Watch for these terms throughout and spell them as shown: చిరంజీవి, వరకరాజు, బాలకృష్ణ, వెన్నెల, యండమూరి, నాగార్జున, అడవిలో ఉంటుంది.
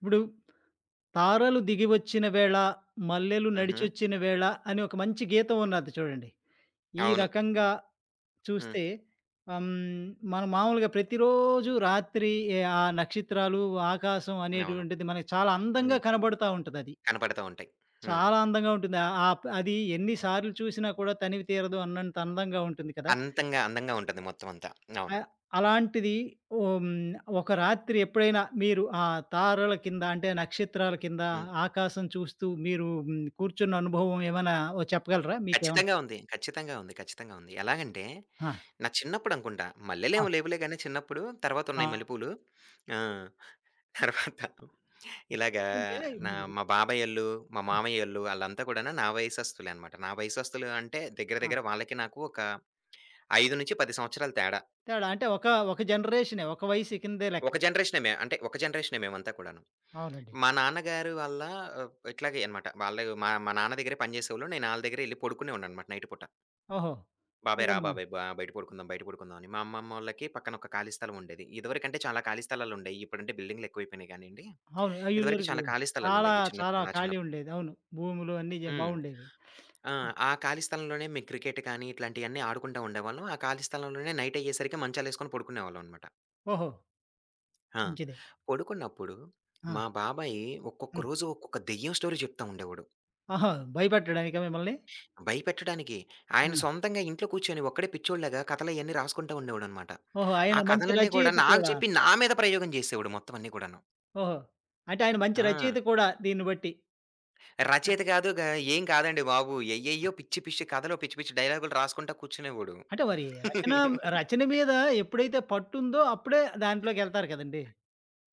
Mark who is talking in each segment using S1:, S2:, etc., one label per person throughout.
S1: ఇప్పుడు 'తారలు దిగివచ్చిన వేళ, మల్లెలు
S2: హుహు.
S1: నడిచొచ్చిన వేళ' అని ఒక మంచి గీతం ఉన్నది చూడండి. ఈ
S2: అవును.
S1: రకంగా
S2: హ్మ్.
S1: చూస్తే ఆహ్, హ్మ్, మనం మామూలుగా ప్రతిరోజు రాత్రి ఎ ఆ నక్షత్రాలు, ఆకాశం
S2: అవును.
S1: అనేటువంటిది మనకు చాలా అందంగా
S2: హ్మ్.
S1: కనబడుతా ఉంటదది.
S2: కనపడతా ఉంటాయి. హ్మ్.
S1: చాలా అందంగా ఉంటుంది. అది ఎన్ని సార్లు చూసినా కూడా తనివి తీరదు అన్నంత అందంగా ఉంటుంది కదా!
S2: అంతంగా అందంగా ఉంటది మొత్తం అంతా.
S1: ఆ!
S2: అవును.
S1: అలాంటిది ఓహ్! హ్మ్. ఒక రాత్రి ఎప్పుడైనా మీరు ఆ తారల కింద అంటే నక్షత్రాల కింద
S2: హ్మ్.
S1: ఆకాశం చూస్తూ మీరు కూర్చున్న అనుభవం ఏమైనా ఓ చెప్పగలరా? మీకేమన్నా?
S2: ఖచ్చితంగా ఉంది. ఖచ్చితంగా ఉంది. ఖచ్చితంగా ఉంది. ఎలాగంటే
S1: ఆ!
S2: నా చిన్నప్పుడు అనుకుంటా.
S1: ఆ!
S2: మల్లెలేమో లేవులే గాని చిన్నప్పుడు. తర్వాత
S1: ఆ!
S2: ఉన్నాయి మల్లెపూలు. ఆ! తర్వాత ఇలాగా
S1: అంటే ఇప్పుడు
S2: నా
S1: మీకు?
S2: మా బాబాయోళ్ళు, మా
S1: ఆ!
S2: మామయ్యోళ్ళు ఆళ్ళంతా కూడాను నా వయసస్తులే అనమాట. నా వయసస్తులు అంటే దగ్గర
S1: ఆ!
S2: దగ్గర వాళ్ళకి నాకు ఒక 5-10 సంవత్సరాలు తేడా.
S1: తేడా అంటే ఒక, ఒక జనరేషనే. ఒక వయసు కిందే లెక్క.
S2: ఒక జనరేషనే మే అంటే ఒక జనరేషనే మేమంతా కూడాను.
S1: అవునండి.
S2: మా నాన్నగారు వాళ్ళ ఇట్లాగే అనమాట. వాళ్ళే మా మా నాన్న దగ్గరే పని చేసేవాళ్ళు. నేను ఆళ్ళ దగ్గరే ఎళ్లి పడుకునేవాడిని అనమాట నైట్ పూట.
S1: ఓహో!
S2: "బాబాయ్
S1: ఇక
S2: రా
S1: మా,
S2: బాబాయ్ బయట పడుకుందాం, బయట పడుకుందాం" అని. మా అమ్మమ్మోళ్ళకి పక్కన ఒక ఖాళీ స్థలం ఉండేది. ఇదివరకంటే చాలా ఖాళీ స్థలాలుండేయి. ఇప్పుడంటే బిల్డింగులు ఎక్కువైపోయినాయి గానీయండి.
S1: అవును.
S2: ఇదివరకు
S1: ఇదివరకు
S2: చాలా ఖాళీ
S1: చాలా,
S2: స్థలాలుండేయి
S1: చాలా
S2: చిన్నప్పుడు నా
S1: ఖాళీ
S2: చిన్నప్పుడు.
S1: ఉండేది. అవును. భూములు అన్నీ
S2: హ్మ్.
S1: బాగుండేవి.
S2: ఆ!
S1: ఆ!
S2: ఆ ఖాళీ స్థలంలోనే మేము క్రికెట్ కానీ ఇట్లాంటియన్నీ ఆడుకుంటా ఉండేవాళ్ళం. ఆ ఖాళీ స్థలంలోనే నైట్ అయ్యేసరికి మంచాలేసుకొని పడుకునేవాళ్ళం అనమాట.
S1: ఓహో!
S2: ఆ!
S1: మంచిదే.
S2: పడుకున్నప్పుడు
S1: ఆ!
S2: మా బాబాయి ఒక్కొక్క
S1: హ్మ్.
S2: రోజు ఒక్కొక్క దెయ్యం స్టోరీ చెప్తా ఉండేవాడు.
S1: ఆహా! భయపెట్టాడానికా మిమ్మల్ని?
S2: భయపెట్టడానికి. ఆయన
S1: ఆ!
S2: సొంతంగా ఇంట్లో కూర్చొని ఒక్కడే పిచ్చోడిలాగా కథలయన్నీ రాసుకుంటా ఉండేవాడనమాట.
S1: ఓహో! ఆయన
S2: ఆ
S1: మంచి
S2: కథలన్నీ గూడా
S1: రచయిత
S2: నాకు
S1: కూడా.
S2: చెప్పి నా మీద ప్రయోగం జేసేవాడు మొత్తం అన్నీ గూడాను.
S1: ఓహో! అంటే ఆయన మంచి
S2: ఆ!
S1: రచయిత కూడా దీన్ని బట్టి.
S2: రచయిత గాదు గా, ఏం కాదండి బాబు. ఎయ్యెయ్యో పిచ్చి పిచ్చి కథలో పిచ్చి పిచ్చి డైలాగులు రాసుకుంటా కూర్చునేవాడు.
S1: అంటే మరి రచన రచన మీద ఎప్పుడైతే పట్టుందో అప్పుడే దాంట్లోకెళ్తారు కదండీ!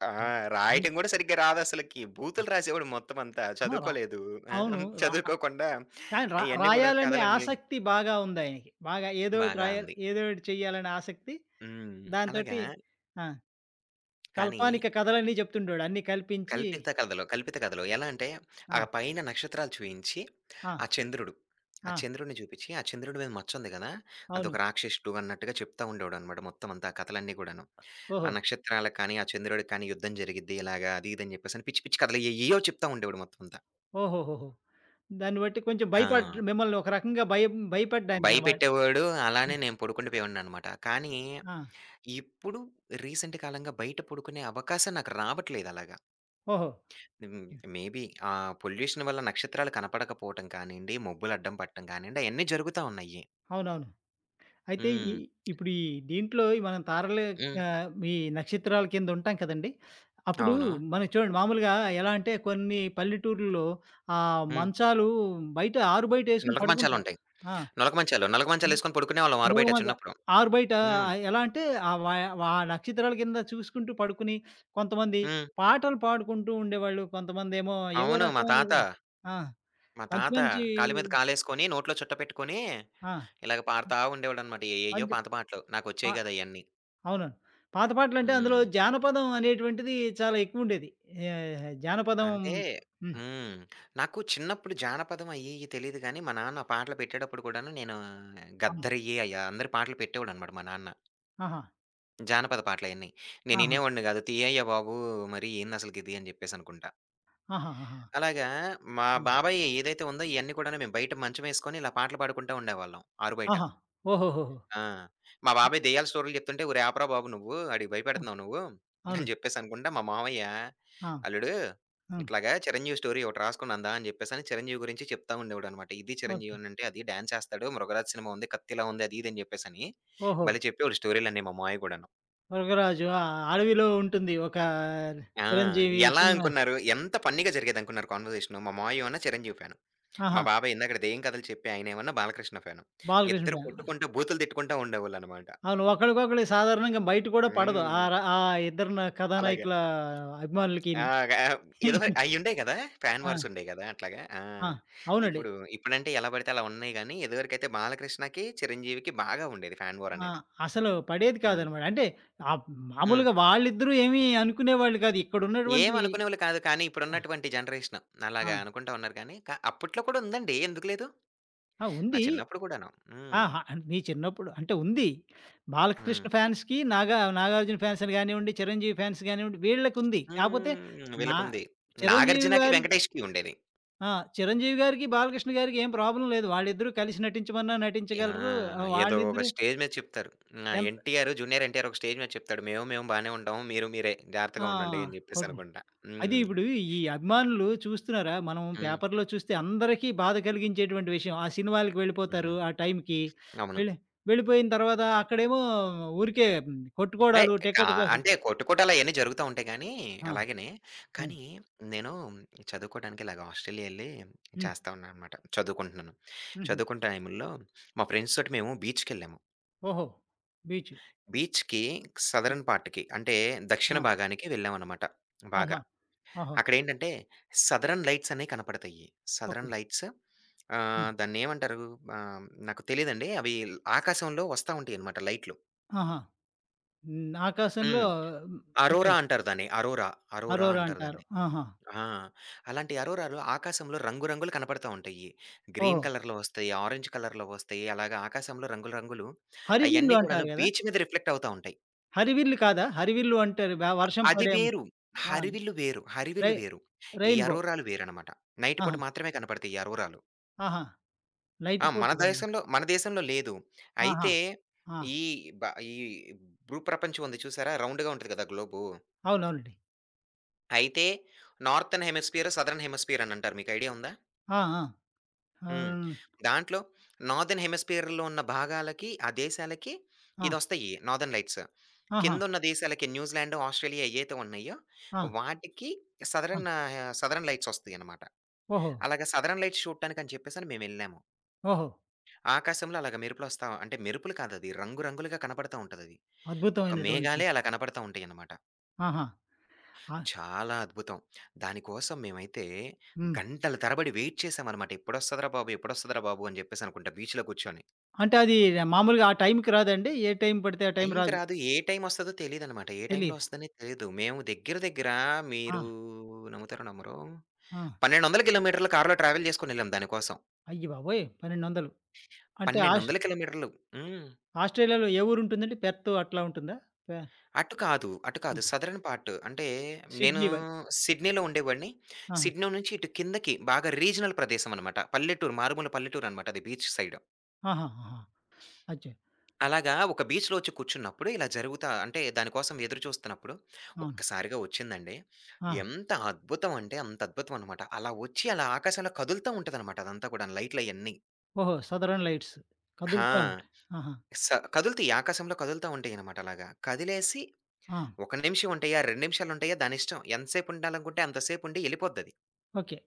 S2: ఆ!
S1: హ్మ్. హ్మ్.
S2: రాయటం గూడా సరిగ్గా రాదసలకి. బూతులు రాసేవాడు మొత్తమంతా.
S1: ఆ! రా,
S2: చదువుకోలేదు. ఆ!
S1: అవును. రా,
S2: చదువుకోకుండా
S1: కానీ రా
S2: అయన్నీ గూడా
S1: రాయాలనే
S2: కథలన్నీ
S1: ఆసక్తి బాగా ఉందాయనకి. బాగా ఏదోకటి
S2: బాగా
S1: రాయాలి,
S2: ఉంది.
S1: ఏదోకటి చెయ్యాలనే ఆసక్తి.
S2: హ్మ్. అలాగా.
S1: దాంతోటి ఆ!
S2: కానీ
S1: కల్పానిక కథలన్నీ చెప్తుండేవాడు. అన్నీ కల్పించి.
S2: కల్పిత కథలు, కల్పిత కథలు. ఎలా అంటే,
S1: ఆ!
S2: ఆ పైన నక్షత్రాలు చూయించి,
S1: ఆ!
S2: ఆ చంద్రుడు, ఆ
S1: ఆ!
S2: చంద్రుడిని చూపించి, ఆ చంద్రుడి మీద మచ్చుంది కదా!
S1: అవును.
S2: అదొక రాక్షసుడు అన్నట్టుగా చెప్తా ఉండేవాడనమాట మొత్తం అంతా ఆ కథలన్నీ కూడాను. ఆ
S1: ఓహో!
S2: నక్షత్రాలకు కానీ, ఆ చంద్రుడికి కానీ యుద్ధం జరిగిద్ది ఇలాగా అది ఇది అని చెప్పేసని పిచ్చి పిచ్చి కథలు ఏయ్యేయో చెప్తా ఉండేవాడు మొత్తం అంతా.
S1: ఓహోహోహో! దాన్ని బట్టి కొంచెం
S2: ఆ!
S1: భయపడ్ మిమ్మల్ని ఒక రకంగా భయం భయపడ్డానికనమాట.
S2: భయపెట్టేవాడు. అలానే నేను పడుకుండిపోయేవాడిననమాట. కానీ,
S1: ఆ!
S2: ఇప్పుడు రీసెంట్ కాలంగా బయట పడుకునే అవకాశం నాకు రావట్లేదు అలాగ.
S1: ఓహో!
S2: హ్మ్.
S1: యాహ్!
S2: మేబీ ఆ పొల్యూషన్ వల్ల నక్షత్రాలు కనపడకపోవటం కానియండి, మబ్బులు అడ్డం పట్టడం కానియండి, అయన్నీ జరుగుతా ఉన్నాయి.
S1: అవునవును. అయితే ఈ,
S2: హ్మ్.
S1: ఇప్పుడు ఈ దీంట్లో మనం తారల,
S2: హ్మ్.
S1: ఈ నక్షత్రాల కింద ఉంటాం కదండీ! అప్పుడు
S2: అవును.
S1: మనం చూడండి మామూలుగా, ఎలా అంటే కొన్ని పల్లెటూర్లలో ఆ
S2: హ్మ్.
S1: మంచాలు బయట ఆరు బయట ఏసుకొని
S2: నులక
S1: పడుకుంటారు.
S2: మంచాలుంటాయి.
S1: ఆ!
S2: నులక మంచాలు. నులక మంచాలేసుకొని పడుకునేవాళ్ళం
S1: మూల
S2: ఆరుబయట
S1: మంచం
S2: చిన్నప్పుడు.
S1: ఆరు బయట,
S2: హ్మ్.
S1: ఎలా అంటే ఆ వ ఆ నక్షత్రాల కింద చూసుకుంటూ పడుకుని కొంతమంది
S2: హ్మ్.
S1: పాటలు పాడుకుంటూ ఉండేవాళ్ళు. కొంతమందేమో ఏవో
S2: అవును. మా తాత,
S1: రకమైన ఆ!
S2: మా
S1: మంచి
S2: తాత
S1: మంచి
S2: కాలు మీద కాలేసుకొని, నోట్లో చుట్ట పెట్టుకొని,
S1: ఆ!
S2: ఇలాగ పాడుతా ఉండేవాడనమాట. ఏయేయో
S1: మంచి
S2: పాత పాటలు.
S1: ప
S2: నాకొచ్చేయి కాదు అయన్నీ.
S1: అవునండి. పాత పాటలంటే అందులో
S2: హ్మ్.
S1: జానపదం అనేటువంటిది చాలా ఎక్కువుండేది. జానపదం.
S2: అంటే
S1: హ్మ్.
S2: హ్మ్. నాకు చిన్నప్పుడు జానపదం అయ్యి ఇయ్యి తెలీదు గానీ, మా నాన్న పాటలు పెట్టేటప్పుడు కూడాను, నేను
S1: అవును.
S2: గద్దరయ్యి అయ్య అందరి పాటలు పెట్టేవాడనమాట మా నాన్న.
S1: ఆహా!
S2: జానపద పాటలయన్నీ. నేను
S1: ఆహా!
S2: ఇనేవాడిని గాదు. "తీయయ్య బాబు మరి ఏందసలకిది" అని జెప్పేసనుకుంటా.
S1: ఆహాహాహా!
S2: అలాగా మా
S1: హ్మ్.
S2: బాబాయ్ ఏదైతే ఉందో ఇయన్నీ కూడాను మేము బయట మంచమేసుకొని ఇలా పాటలు పాడుకుంటా ఉండేవాళ్ళం ఆరుబయట.
S1: ఆహా! ఓహోహోహో!
S2: ఆ! మా
S1: హ్మ్.
S2: బాబాయ్ దెయ్యాల స్టోరీలు జెప్తుంటే, "ఒరేయ్! ఆపరా బాబు నువ్వు. ఆడికి భయపెడుతున్నావు నువ్వు" అని
S1: అవును.
S2: జెప్పేసి అనుకుంటా మా మామయ్య,
S1: ఆ!
S2: "అల్లుడు
S1: హ్మ్.
S2: ఇట్లాగా 'చిరంజీవి' స్టోరీ ఒకటి రాసుకున్నానుదా" అని జెప్పేసని 'చిరంజీవి' గురించి చెప్తా ఉండేవాడనమాట. ఇది
S1: ఓకే.
S2: 'చిరంజీవి' అనంటే, అది డాన్స్ ఏస్తాడు. 'మృగరాజ్' సినిమా ఉంది. 'కత్తిలా' ఉంది. అది ఇది అని జెప్పేసని
S1: ఓహో!
S2: భలే చెప్పేవాడు స్టోరీలన్నీ మా మావయ్య గూడాను.
S1: 'వరకరాజు' ఆ! 'అడవిలో ఉంటుంది' ఒక
S2: ఆ!
S1: 'చిరంజీవి'
S2: ఎలా
S1: సినిమా.
S2: అనుకున్నారు? ఎంత ఫన్నీగా జరిగేదనుకున్నారు కాన్వర్జేషను. మా మావయ్యేమన్నా 'చిరంజీవి' ఫ్యాను. మా
S1: ఆహా!
S2: బాబాయ్ ఇందాకడ దెయ్యం కథలు చెప్పే ఆయనేమన్నా 'బాలకృష్ణ' ఫ్యాను.
S1: 'బాలకృష్ణ'
S2: ఇద్దరు
S1: ఫ్యాన్.
S2: కొట్టుకుంటా, బూతులు తిట్టుకుంటా ఉండేవాళ్ళనమాట.
S1: అవును. ఒకళ్ళకొకళ్ళు సాధారణంగా బయట కూడా పడదు.
S2: హ్మ్.
S1: ఆ ఇద్దరు
S2: అలాగా.
S1: కథానాయకుల
S2: ఆ!
S1: అభిమానులకిని.
S2: గా ఏదో అయ్యుండేయి గదా! ఫ్యాన్
S1: ఆ!
S2: వార్స్ ఉండేయి గదా! అట్లాగా. ఆ!
S1: ఆ! అవునండి.
S2: ఇప్పుడు ఇప్పుడంటే ఎలా పడితే అలా ఉన్నాయి గానీ, ఇదివరకైతే బాలకృష్ణకి, చిరంజీవికి బాగా ఉండేది ఫ్యాన్ వార్
S1: ఆ!
S2: అనేది.
S1: అసలు పడేది
S2: హ్మ్.
S1: కాదనమాట. అంటే ఆహ్,
S2: హ్మ్.
S1: మామూలుగా వాళ్ళిద్దరూ ఏమి అనుకునేవాళ్ళు కాదు. ఇక్కడున్నటువంటి,
S2: ఏమనుకునేవాళ్ళు కాదు. కానీ
S1: ఆహ్,
S2: ఇప్పుడున్నటువంటి జనరేషన్ అలాగా
S1: ఆ!
S2: అనుకుంటా ఉన్నారు కానీ, అప్పట్లో కూడా ఉందండి. ఎందుకు లేదు?
S1: ఆ!
S2: నా
S1: ఉంది.
S2: చిన్నప్పుడు కూడాను. హ్మ్.
S1: ఆహా! మీ చిన్నప్పుడు అంటే ఉంది. బాలకృష్ణ
S2: హ్మ్.
S1: ఫ్యాన్స్‌కి, నాగార్జున ఫ్యాన్స్ అని గానివ్వండి, చిరంజీవి ఫ్యాన్స్ గానివ్వండి, వీళ్ళకుంది. కాపోతే
S2: హ్మ్.
S1: నా
S2: వీళ్ళకుంది.
S1: చిరంజీవి
S2: నాగార్జునకి,
S1: గారి,
S2: వెంకటేష్‌కి ఉండేది.
S1: ఆ! చిరంజీవి గారికి, బాలకృష్ణ గారికి ఏం ప్రాబ్లమ్ లేదు. వాళ్ళిద్దరూ కలిసి నటించమన్నా
S2: ఆ!
S1: నటించగలరు.
S2: ఏదో ఒక
S1: వాళ్ళిద్దరూ,
S2: స్టేజ్ మీద చెప్తారు. ఆ!
S1: ఎంత,
S2: ఎన్టీఆర్, జూనియర్ ఎన్టీఆర్ ఒక స్టేజ్ మీద చెప్తాడు. మేము మేము బానే ఉంటాము. మీరు మీరే
S1: ఆ!
S2: జాగ్రత్తగా ఉండండి అని జెప్పేసి
S1: కొడు
S2: అనుకుంటా.
S1: అది
S2: హ్మ్.
S1: ఇప్పుడు ఈ అభిమానులు చూస్తున్నారా? మనం
S2: హ్మ్.
S1: పేపర్‌లో చూస్తే అందరికీ బాధ కలిగించేటువంటి విషయం. ఆ సినిమాలకి వెళ్ళిపోతారు
S2: హ్మ్.
S1: ఆ టైంకి.
S2: అవును.
S1: వెళ్ళి వెళ్ళిపోయిన తర్వాత అక్కడేమో ఊరికే
S2: ఏయ్!
S1: కొట్టుకోవడాలు
S2: కా
S1: టికెట్ కోసం.
S2: అంటే కొట్టుకోటాలు అయన్నీ జరుగుతా ఉంటాయి గానీ
S1: ఆ!
S2: అలాగనే.
S1: హ్మ్.
S2: కానీ నేను చదువుకోడానికి ఇలాగ ఆస్ట్రేలియా ఎళ్లి
S1: హ్మ్.
S2: చేస్తా ఉన్నాననమాట. చదువుకుంటున్నాను.
S1: హుహు.
S2: చదువుకునే టైంలో మా ఫ్రెండ్స్ తోటి మేము బీచ్‌కెళ్ళాము.
S1: ఓహో! బీచ్.
S2: బీచ్‌కి
S1: హ్మ్.
S2: సదరన్ పార్ట్‌కి అంటే దక్షిణ
S1: ఆ!
S2: భాగానికి వెళ్ళామనమాట బాగా.
S1: ఆహా! ఓహో!
S2: అక్కడేంటంటే సదరన్ లైట్స్ అనేవి కనపడతాయి.
S1: ఓకే.
S2: Southern lights.
S1: హ్మ్.
S2: దాన్నేమంటారు? నాకు తెలీదండి. అవి ఆకాశంలో వస్తా ఉంటాయన్నమాట లైట్లు.
S1: ఆహా! హ్మ్. ఆకాశంలో
S2: హ్మ్.
S1: అంటే
S2: అరోరా అంటారు దాన్ని. అరోరా, అరోరా
S1: అరోరా
S2: అంటారు
S1: అంటారు.
S2: దాన్ని.
S1: ఆహా!
S2: ఆ! అలాంటి అరోరాలు ఆకాశంలో రంగు రంగులు కనపడతా ఉంటాయి.
S1: ఓహో!
S2: గ్రీన్ కలర్‌లో వస్తాయి, ఆరెంజ్ కలర్‌లో వస్తాయి. అలాగా ఆకాశంలో రంగులు రంగులు
S1: హరివిల్లు
S2: అయన్నీ
S1: అంటారు
S2: కూడాను
S1: గదా!
S2: బీచ్ మీద రిఫ్లెక్ట్ అవుతా ఉంటాయి.
S1: హరివిల్లు కాదా? హరివిల్లు అంటారు.
S2: అ
S1: వర్షం
S2: అది
S1: పడే
S2: వేరు.
S1: ఆ!
S2: హరివిల్లు వేరు.
S1: రై
S2: హరివిల్లు వేరు. ఈ
S1: రెయిన్‌బో.
S2: అరోరాలు వేరనమాట. నైట్ పూట
S1: ఆహా!
S2: మాత్రమే కనపడతాయి ఈ అరోరాలు.
S1: ఆహా! లైట్
S2: ఆ!
S1: పూట
S2: మన
S1: కనప,
S2: దేశంలో, మన దేశంలో లేదు.
S1: ఆహా!
S2: అయితే
S1: ఆ!
S2: ఈ బ ఈ భూప్రపంచం ఉంది చూసారా? రౌండ్‌గా ఉంటది కదా! గ్లోబు.
S1: అవునవునండి.
S2: అయితే నార్తర్న్ హెమిస్ఫియర్, సదర్న్ హెమిస్ఫియర్ అని అంటారు. మీకు ఐడియా ఉందా?
S1: ఆ! ఆ!
S2: హ్మ్.
S1: ఆహ్,
S2: దాంట్లో నార్దర్న్ హెమిస్ఫియర్‌లో ఉన్న భాగాలకి, ఆ దేశాలకి
S1: ఆ!
S2: ఇదొస్తాయి నార్దర్న్ లైట్స్.
S1: ఆహా!
S2: కిందున్న దేశాలకి న్యూజిలాండ్, ఆస్ట్రేలియా ఏయైతే ఉన్నాయో
S1: ఆ!
S2: వాటికి
S1: ఆ!
S2: సదరన్ లైట్స్ వస్తాయన్నమాట.
S1: ఓహో!
S2: అలాగా సదరన్ లైట్స్ చూడటానికని చెప్పేసని మేమెళ్ళాము.
S1: ఓహో!
S2: ఆకాశంలో అలాగా మెరుపులొస్తా అంటే మెరుపులు కాదది. రంగు రంగులుగా కనపడతా ఉంటదది. ఒక
S1: అద్భుతమైనటువంటి,
S2: మేఘాలే అలా కనపడతా ఉంటాయన్నమాట.
S1: ఆహా! ఆ!
S2: చాలా అద్భుతం. దానికోసం మేమైతే
S1: హ్మ్.
S2: గంటల తరబడి వెయిట్ చేశామన్నమాట. ఎప్పుడొస్తదిరా బాబు! ఎప్పుడొస్తదిరా బాబు! అని జెప్పేసనుకుంటా బీచ్‌లో కూర్చొని.
S1: అంటే అది మామూలుగా ఆ టైంకి రాదండి? ఏ టైం పడితే ఆ టైం
S2: టైంకి
S1: రాదు?
S2: రాదు. ఏ టైమొస్తదో తెలీదన్నమాట. ఏ టైంలో
S1: తెలీదు.
S2: వస్తదనే తెలీదు. మేము దగ్గర దగ్గర
S1: ఆ!
S2: మీరు నమ్ముతారో నమ్మరో
S1: ఆ!
S2: 1200 కిలోమీటర్లు కారులో ట్రావెల్ చేసుకొనెళ్ళాం దానికోసం.
S1: అయ్య బాబోయ్! 1,200 అంటే ఆస్
S2: 1200 కిలోమీటర్లు. హ్మ్.
S1: ఆస్ట్రేలియాలో ఏ ఊరుంటుందండి? పెర్త్ అట్లా ఉంటుందా? పె,
S2: అటు కాదు. అటు కాదు.
S1: హ్మ్.
S2: Southern part. అంటే నేను
S1: సిడ్నీ వై,
S2: సిడ్నీలో ఉండేవాడిని.
S1: ఆహా!
S2: సిడ్నీ నుంచి ఇటు కిందకి బాగా రీజినల్ ప్రదేశం అనమాట. పల్లెటూరు, మారుమూల పల్లెటూరు అనమాట అది బీచ్ సైడ్.
S1: ఆహా! ఆహా! అచ్చా!
S2: అలాగా ఒక బీచ్‌లో వచ్చి కూర్చున్నప్పుడు ఇలా జరుగుతా అంటే దానికోసం ఎదురు చూస్తున్నప్పుడు
S1: అవును.
S2: ఒక్కసారిగా వచ్చిందండి.
S1: ఆ!
S2: ఎంత అద్భుతం అంటే అంత అద్భుతం అనమాట. అలా వచ్చి అలా ఆకాశంలో కదులుతా ఉంటదనమాట అదంతా కూడాను లైట్‌లయన్నీ.
S1: ఓహో! సదరన్ లైట్స్ కదులుతా
S2: ఆ!
S1: ఉంటాయి. ఆహా!
S2: స కదులుతాయి. ఆకాశంలో కదులుతా ఉంటాయనమాట అలాగా. కదిలేసి
S1: ఆ!
S2: ఒక నిమిషం ఉంటాయా, 2 నిమిషాలుంటాయా దానిష్టం. ఎంతసేపు ఉండాలనుకుంటే అంత సేపుండి ఎళ్ళిపోద్దది.
S1: ఓకే.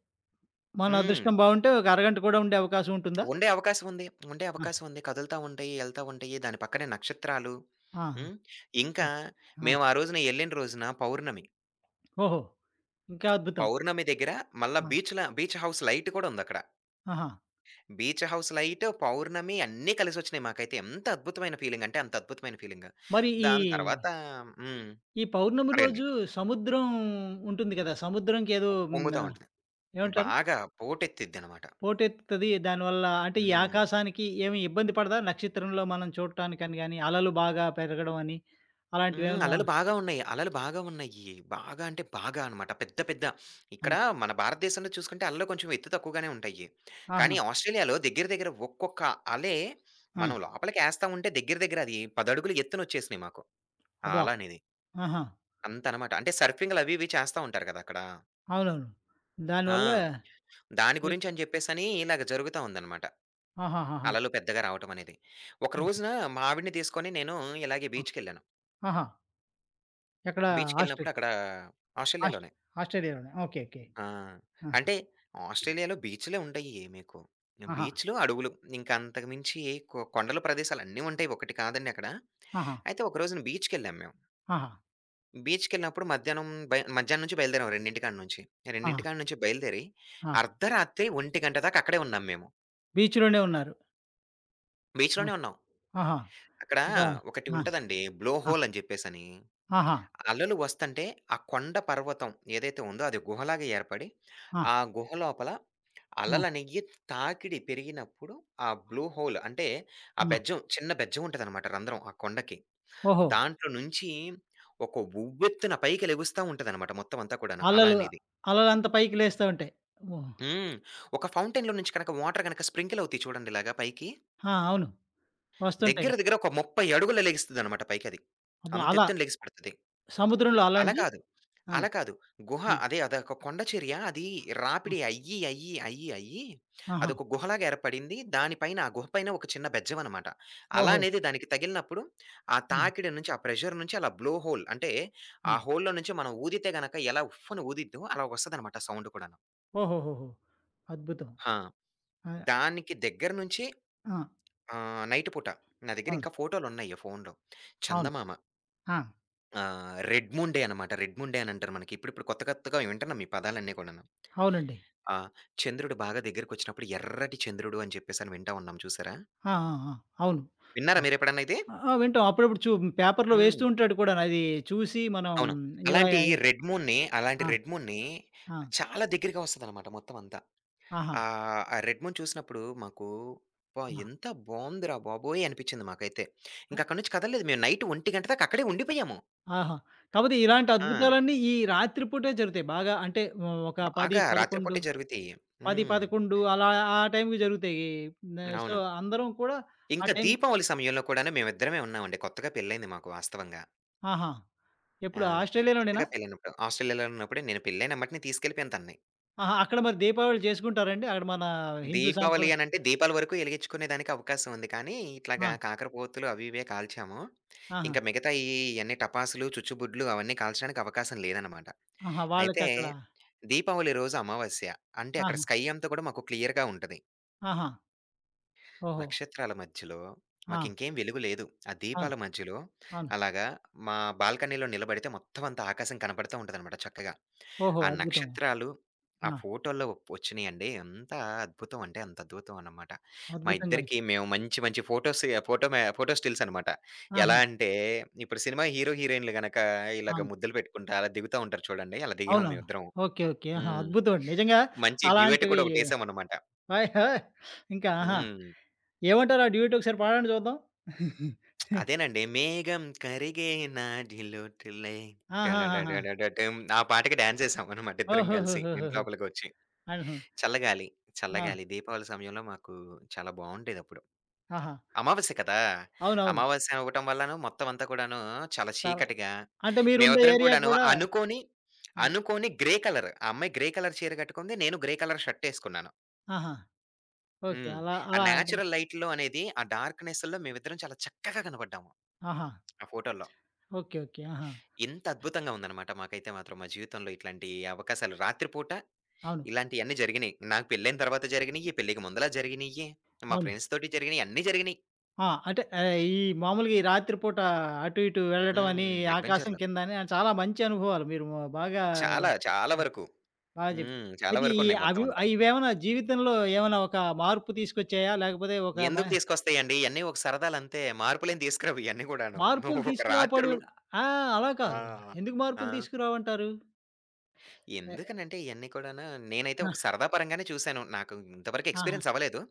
S1: మన
S2: హ్మ్.
S1: అదృష్టం బావుంటే ఒక అరగంట కూడా ఉండే అవకాశం ఉంటుందా?
S2: ఉండే అవకాశం ఉంది. ఉండే
S1: ఆ!
S2: అవకాశం ఉంది. కదులుతా ఉంటాయి, ఎళ్తా ఉంటాయి. దాని పక్కనే నక్షత్రాలు.
S1: ఆహా!
S2: హ్మ్. ఇంకా
S1: ఆ!
S2: మేము ఆ రోజున ఎళ్ళిన రోజున పౌర్ణమి.
S1: ఓహో! ఇంకా అద్భుతం.
S2: పౌర్ణమి దగ్గర మళ్ళా
S1: ఆ!
S2: బీచ్ హౌస్ లైట్ కూడా ఉందక్కడ.
S1: ఆహా!
S2: బీచ్ హౌస్ లైట్, పౌర్ణమి అన్నీ కలిసొచ్చినాయి మాకైతే. ఎంత అద్భుతమైన ఫీలింగ్ అంటే అంత అద్భుతమైన ఫీలింగ్.
S1: మరి ఈ,
S2: దాని తర్వాత హ్మ్.
S1: ఈ పౌర్ణమి
S2: అడగండి.
S1: రోజు సముద్రం ఉంటుంది కదా! సముద్రంకేదో
S2: పొంగుతా
S1: హ్మ్.
S2: ఉంటది.
S1: ఏమంటారు?
S2: బాగా పోటెత్తిద్దనమాట.
S1: పోటెత్తుతది. దానివల్ల అంటే ఈ
S2: హ్మ్.
S1: ఆకాశానికి ఏమి ఇబ్బంది పడదా? నక్షత్రంలో మనం చూడటానికని గాని, అలలు బాగా పెరగడం అని
S2: హ్మ్.
S1: అలాంటివేమన్నా?
S2: అలలు బాగా ఉన్నాయి. అలలు బాగా ఉన్నాయి. బాగా అంటే బాగా అనమాట. పెద్ద పెద్ద.
S1: హ్మ్.
S2: ఇక్కడ మన భారతదేశంలో చూసుకుంటే అలలు కొంచెం ఎత్తు తక్కువగానే ఉంటాయి.
S1: ఆహా!
S2: కానీ ఆస్ట్రేలియాలో దగ్గర దగ్గర ఒక్కొక్క అలే
S1: ఆ!
S2: మనం లోపలికేస్తా ఉంటే దగ్గర దగ్గర అది 10 అడుగులు ఎత్తునొచ్చేసినాయి మాకు. ఆ
S1: అబ్బా!
S2: అల అనేది.
S1: ఆహా!
S2: అంత అనమాట. అంటే సర్ఫింగ్‌లు అవి ఇవి చేస్తా ఉంటారు కదా! అక్కడ.
S1: అవునవును. దానివల్ల,
S2: ఆ! దాని
S1: ఎక్
S2: గురించని చెప్పేసని ఇలాగ జరుగుతా ఉందనమాట.
S1: ఆహాహాహా!
S2: అలలు పెద్దగా రావటం అనేది. ఒక
S1: ఆహా!
S2: రోజున మా ఆవిడని తీసుకొని నేను ఇలాగే
S1: ఆహా,
S2: బీచ్‌కెళ్ళాను.
S1: ఆహా, ఎక్కడ? ఆస్ట్రే
S2: బీచ్‌కెళ్ళినప్పుడు అక్కడ
S1: ఆస్ట్,
S2: ఆస్ట్రేలియాలోనే.
S1: ఆస్ట్రేలియాలోనే. ఓకే. ఓకే.
S2: ఆ! అంటే ఆస్ట్రేలియాలో బీచ్‌లే ఉంటాయి మీకు.
S1: ఆహా!
S2: బీచ్‌లు, అడవులు. ఇంక అంతకు మించి కొండల ప్రదేశాలన్నీ ఉంటాయి. ఒకటి కాదండి అక్కడ.
S1: ఆహా! ఆహా!
S2: అయితే ఒక రోజున బీచ్‌కెళ్ళాం మేము.
S1: ఆహా!
S2: బీచ్‌కెళ్ళినప్పుడు మధ్యాహ్నం నుంచి బయలుదేరాం 2 కాడ నుంచి. 2
S1: ఆహా!
S2: కాడ నుంచి బయలుదేరి
S1: ఆ!
S2: అర్ధరాత్రి 1 దాకా అక్కడే ఉన్నాం మేము.
S1: బీచ్‌లోనే ఉన్నారు. ఆ!
S2: బీచ్‌లోనే ఉన్నాం.
S1: ఆహా!
S2: అక్కడ
S1: ఇంకా,
S2: ఒకటి
S1: ఆ!
S2: ఉంటదండి బ్లో
S1: ఆ!
S2: హోల్ అని చెప్పేసని.
S1: ఆహా!
S2: అలలు వస్తంటే ఆ కొండ పర్వతం ఏదైతే ఉందో అది గుహలాగా ఏర్పడి,
S1: ఆ!
S2: ఆ గుహ లోపల
S1: ఆ!
S2: అలలనేయ్యి తాకిడి పెరిగినప్పుడు ఆ బ్లూ హోల్ అంటే ఆ
S1: ఆ!
S2: బెజ్జం చిన్న బెజ్జం ఉంటదనమాట రంధ్రం ఆ కొండకి.
S1: ఓహో!
S2: దాంట్లో నుంచి ఒక ఉవ్వెత్తున పైకి లెగుస్తా ఉంటదనమాట మొత్తం అంతా కూడాను అల
S1: అలలు
S2: అనేది.
S1: అలలంత పైకి లేస్తా ఉంటాయి. ఓహ్!
S2: హ్మ్. ఒక ఫౌంటైన్‌లో నుంచి కనుక వాటర్ గనక స్ప్రింకిల్ అవుతాయి చూడండి ఇలాగా పైకి.
S1: ఆ! అవును. వస్తుంటాయి
S2: దగ్గర
S1: కదా!
S2: దగ్గర ఒక 30 అడుగుల లెగిస్తదనమాట పైకది.
S1: అబ్బా! అలా
S2: అంతెత్తున లెగిసి పడతది.
S1: సముద్రంలో అలా
S2: అలా
S1: అండి?
S2: కాదు.
S1: ఆ!
S2: అలా కాదు. గుహ
S1: హ్మ్.
S2: అదే అదొక కొండ చర్య. అది
S1: ఆ!
S2: రాపిడి అయ్యి, అయ్యి, అయ్యి, అయ్యి
S1: ఆహా!
S2: అదొక గుహలాగా ఏర్పడింది. దానిపైన ఆ గుహ పైన ఒక చిన్న బెజ్జమనమాట. అలా
S1: ఓహో!
S2: అనేది దానికి తగిలినప్పుడు ఆ
S1: హ్మ్.
S2: తాకిడి నుంచి, ఆ ప్రెషర్ నుంచి అలా బ్లో హోల్ అంటే ఆ
S1: అవును.
S2: హోల్‌లో నుంచి మనం ఊదితే గనక ఎలా ఉఫ్ఫని ఊదిద్దో అలా వస్తదనమాట సౌండ్ కూడాను.
S1: ఓహోహోహో! అద్భుతం.
S2: ఆ!
S1: ఆ!
S2: దానికి దగ్గర నుంచి
S1: ఆ!
S2: నైట్ పూట నా
S1: ఆ!
S2: దగ్గర ఇంకా ఫోటోలున్నాయి ఫోనులో.
S1: అవును.
S2: చందమామ,
S1: ఆ!
S2: రెడ్ మూన్ డే అనమాట. రెడ్ మూన్ డే అనంటారు మనకి. ఇప్పుడిప్పుడు కొత్త కొత్తగా వింటున్నాం ఈ పదాలన్నీ కూడాను.
S1: అవునండి.
S2: ఆ! చంద్రుడు బాగా దగ్గరికొచ్చినప్పుడు ఎర్రటి చంద్రుడు అని చెప్పేసని వింటా ఉన్నాం చూసారా?
S1: ఆ! ఆ! ఆ! అవును.
S2: విన్నారా మీరెప్పుడన్నా ఇది?
S1: ఆ! ఆ! వింటాం. అప్పుడప్పుడు పేపర్‌లో వేస్తూ
S2: హ్మ్.
S1: ఉంటాడు కూడాను. అది చూసి మనం
S2: అవును.
S1: ఇలా,
S2: అలాంటి అలాంటి
S1: ఆ!
S2: రెడ్ మూన్‌ని
S1: ఆ!
S2: చాలా దగ్గరగా వస్తదనమాట మొత్తం అంతా.
S1: ఆహా!
S2: ఆ రెడ్ మూన్ చూసినప్పుడు మాకు అబ్బా!
S1: ఆ!
S2: ఎంత బావుందిరా బాబోయ్! అనిపిచ్చింది మాకైతే. ఇంక అక్కడి నుంచి కదలలేదు మేము. నైట్ 1:00 దాకా అక్కడే ఉండిపోయాము.
S1: ఆహా! కాపోతే ఇలాంటి
S2: ఆ!
S1: అద్భుతాలన్నీ ఈ రాత్రి పూటే జరుగుతాయి. బాగా అంటే ఒక 10,
S2: బాగా రాత్రి
S1: 11
S2: పూటే జరుగుతాయి.
S1: 10,
S2: హ్మ్.
S1: 11 అలా ఆ టైంకి జరుగుతాయి. సో,
S2: అవును.
S1: అందరం కూడా ఆ
S2: ఇంకా
S1: టైంకి.
S2: దీపావళి సమయంలో కూడాను మేమిద్దరమే ఉన్నామండి. కొత్తగా పెళ్లయింది మాకు వాస్తవంగా.
S1: ఆహా!
S2: ఆ!
S1: ఎప్పుడు? ఆస్ట్రేలియాలోనేనా?
S2: కొత్తగా పెళ్ళైనప్పుడు. ఆస్ట్రేలియాలో ఉన్నప్పుడు నేను పెళ్ళైనెమ్మటనే తీసుకెళ్ళిపోయాను తనని.
S1: ఆహా! అక్కడ మరి దీపావళి చేసుకుంటారండి? అక్కడ మన హిందూ
S2: దీపావళి
S1: సాంప్రదాయం?
S2: అనంటే దీపాల వరకు ఎలిగించుకునే దానికి అవకాశం ఉంది. కానీ ఇట్లాగా
S1: ఆ!
S2: కాకర పోతులు అవి ఇవే కాల్చాము.
S1: ఆహా!
S2: ఇంకా మిగతా ఈ ఇయన్నీ టపాసులు, చుచ్చుబుడ్లు అవన్నీ కాల్చడానికి అవకాశం లేదనమాట.
S1: ఆహా!
S2: అయితే
S1: వాళ్ళకక్కడ,
S2: దీపావళి రోజు అమావాస్య. అంటే అక్కడ
S1: ఆహా!
S2: స్కై అంతా కూడా మాకు క్లియర్‌గా ఉంటది.
S1: ఆహా! ఓహో!
S2: నక్షత్రాల మధ్యలో
S1: ఆ!
S2: మాకింకేం వెలుగు లేదు. ఆ
S1: అవును.
S2: దీపాల మధ్యలో
S1: అవును.
S2: అలాగా మా బాల్కనీలో నిలబడితే మొత్తం అంతా ఆకాశం కనపడతా ఉంటదనమాట చక్కగా.
S1: ఓహో!
S2: ఆ
S1: అద్భుతం.
S2: నక్షత్రాలు ఆ
S1: ఆ!
S2: ఫోటోలో వచ్చినాయండి. ఎంత అద్భుతం అంటే అంత అద్భుతం అన్నమాట. మా
S1: అద్భుతంగా వచ్చి,
S2: ఇద్దరికీ మేము మంచి మంచి ఫోటోస్ ఫోటో మే ఫోటో స్టిల్స్ అనమాట.
S1: ఆహా!
S2: ఎలా అంటే ఇప్పుడు సినిమా హీరో, హీరోయిన్‌లు గనక ఇలాగ
S1: అవును.
S2: ముద్దులు పెట్టుకుంటా అలా దిగుతా ఉంటారు చూడండి. అలా దిగాము
S1: అవునవును.
S2: మేమిద్దరం.
S1: ఓకే. ఓకే. ఆహా!
S2: హ్మ్.
S1: అద్భుతం అండి. నిజంగా
S2: మంచి డ్యూయట్
S1: అలాంటివి.
S2: కూడా
S1: ఓయ్!
S2: ఒకటేసామన్నమాట.
S1: ఓయ్! ఇంకా ఆహా!
S2: హ్మ్.
S1: ఏమంటారు? ఆ డ్యూయెట్ ఒకసారి పాడండి చూద్దాం?
S2: అదేనండి. మేఘం కరిగే నాడిలోటిలై
S1: ఆహాహాహా!
S2: టడడడడడటం. ఆ పాటకి డాన్స్ ఏసామన్నమాట ఇద్దరం కలిసి
S1: ఓహోహోహోహోహో!
S2: ఇంట్లోపలికొచ్చి.
S1: ఆహా!
S2: చల్లగాలి.
S1: ఆ!
S2: చల్లగాలి. దీపావళి సమయంలో మాకు చాలా బావుండేదప్పుడు.
S1: ఆహా!
S2: అమావాస్య కదా!
S1: అవునవును.
S2: అమావాస్య అవ్వటం వల్లనూ మొత్తం అంతా కూడానూ చాలా
S1: చాలా,
S2: చీకటిగా,
S1: అంటే మీరుండే
S2: మేమిద్దరం
S1: ఏరియా
S2: కూడాను
S1: కూడా?
S2: అనుకోని,
S1: ఆ!
S2: అనుకోని గ్రే కలర్, ఆ అమ్మాయి గ్రే కలర్ చీర కట్టుకుంది. నేను గ్రే కలర్ షర్టేసుకున్నాను.
S1: ఆహా! ఓకే.
S2: హ్మ్.
S1: అలా
S2: ఆ
S1: అలా అంటే,
S2: న్యాచురల్ లైట్‌లో అనేది ఆ డార్క్‌నెస్‌ల్లో మేమిద్దరం చాలా చక్కగా కనపడ్డాము
S1: ఆహా!
S2: ఆ ఫోటోల్లో.
S1: ఓకే. ఓకే. ఆహా!
S2: ఇంత అద్భుతంగా ఉందనమాట. మాకైతే మాత్రం మా జీవితంలో ఇట్లాంటి అవకాశాలు రాత్రి పూట
S1: అవును.
S2: ఇలాంటియన్నీ జరిగినియి. నాకు పెళ్ళైన తర్వాత జరిగినియి, పెళ్ళికి ముందల జరిగినియి, మా
S1: అవును.
S2: ఫ్రెండ్స్ తోటి జరిగినియి, అన్నీ జరిగినియి.
S1: ఆ! అంటే ఈ మామూలుగా ఈ రాత్రి పూట అటు ఇటు వెళ్ళటం అని,
S2: హ్మ్.
S1: ఆకాశం
S2: అడ్వెంచర్‌లు.
S1: కిందని చాలా మంచి అనుభవాలు మీరు బాగా,
S2: చాలా, చాలా వరకు.
S1: బాగా చెప్పారు.
S2: హ్మ్. చాలా
S1: అయితే ఈ
S2: వరకున్నాయి
S1: అవి,
S2: మొత్తం అంతా.
S1: ఇవేమన్నా జీవితంలో ఏమైనా ఒక మార్పు తీసుకొచ్చాయా? లేకపోతే ఒక
S2: ఎందుకు తీసుకొస్తాయండి ఇయన్నీ ఒక సరదాలంతే. మార్పులేం తీసుకురావు ఇయన్నీ గూడాను.
S1: మార్పులు
S2: నువ్వు ఒక
S1: తీసుకురాపోవడం,
S2: రాత్రులు.
S1: ఆ! అలా
S2: ఆ!
S1: కాదు కదా! ఎందుకు
S2: ఆ!
S1: మార్పులు తీసుకురావంటారు? ఎ
S2: ఎందుకనంటే ఇయన్నీ కూడాను నేనైతే ఒక
S1: ఆహ్,
S2: సరదా పరంగానే చూసాను. నాకు ఇంతవరకు
S1: ఆహా!
S2: ఎక్స్‌పీరియన్స్ అవ్వలేదు.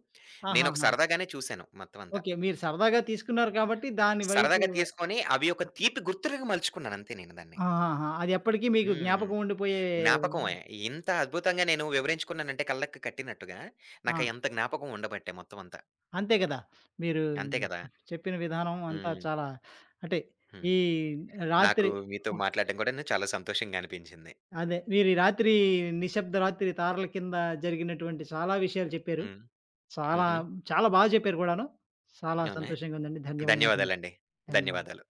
S1: ఆహాహా!
S2: నేనొక సరదాగానే చూసాను మొత్తం అంతా.
S1: ఓకే. మీరు సరదాగా తీసుకున్నారు కాబట్టి దాని వైపు,
S2: సరదాగా తీసుకొని అవి ఒక తీపి గుర్తులుగా మలుచుకున్నాను అంతే నేను దాన్ని.
S1: ఆహాహా! అది ఎప్పటికీ మీకు
S2: హ్మ్.
S1: జ్ఞాపకం ఉండిపోయే,
S2: జ్ఞాపకమే. ఇంత అద్భుతంగా నేను వివరించుకున్నానంటే కళ్ళకి కట్టినట్టుగా,
S1: ఆ!
S2: నాకు ఎంత జ్ఞాపకం ఉండబట్టే మొత్తం అంతా.
S1: అంతే కదా! మీరు
S2: అంతే కదా!
S1: చెప్పిన విధానం అంతా
S2: హ్మ్.
S1: చాలా, అంటే
S2: హ్మ్.
S1: ఈ
S2: నాకు
S1: రాత్రి,
S2: మీతో మాట్లాడడం కూడాను చాలా సంతోషంగా అనిపించింది.
S1: అదే. మీరు ఈ రాత్రి నిశ్శబ్ద రాత్రి తారల కింద జరిగినటువంటి చాలా విషయాలు చెప్పారు.
S2: హ్మ్.
S1: చాలా,
S2: హుహు.
S1: చాలా బాగా చెప్పారు కూడాను. చాలా
S2: అవునా!
S1: సంతోషంగా ఉందండి. ధన్యవాదాలండి.
S2: ధన్యవాదాలండి.
S1: ధన్యవాదాలు.
S2: ధన్యవాదాలు.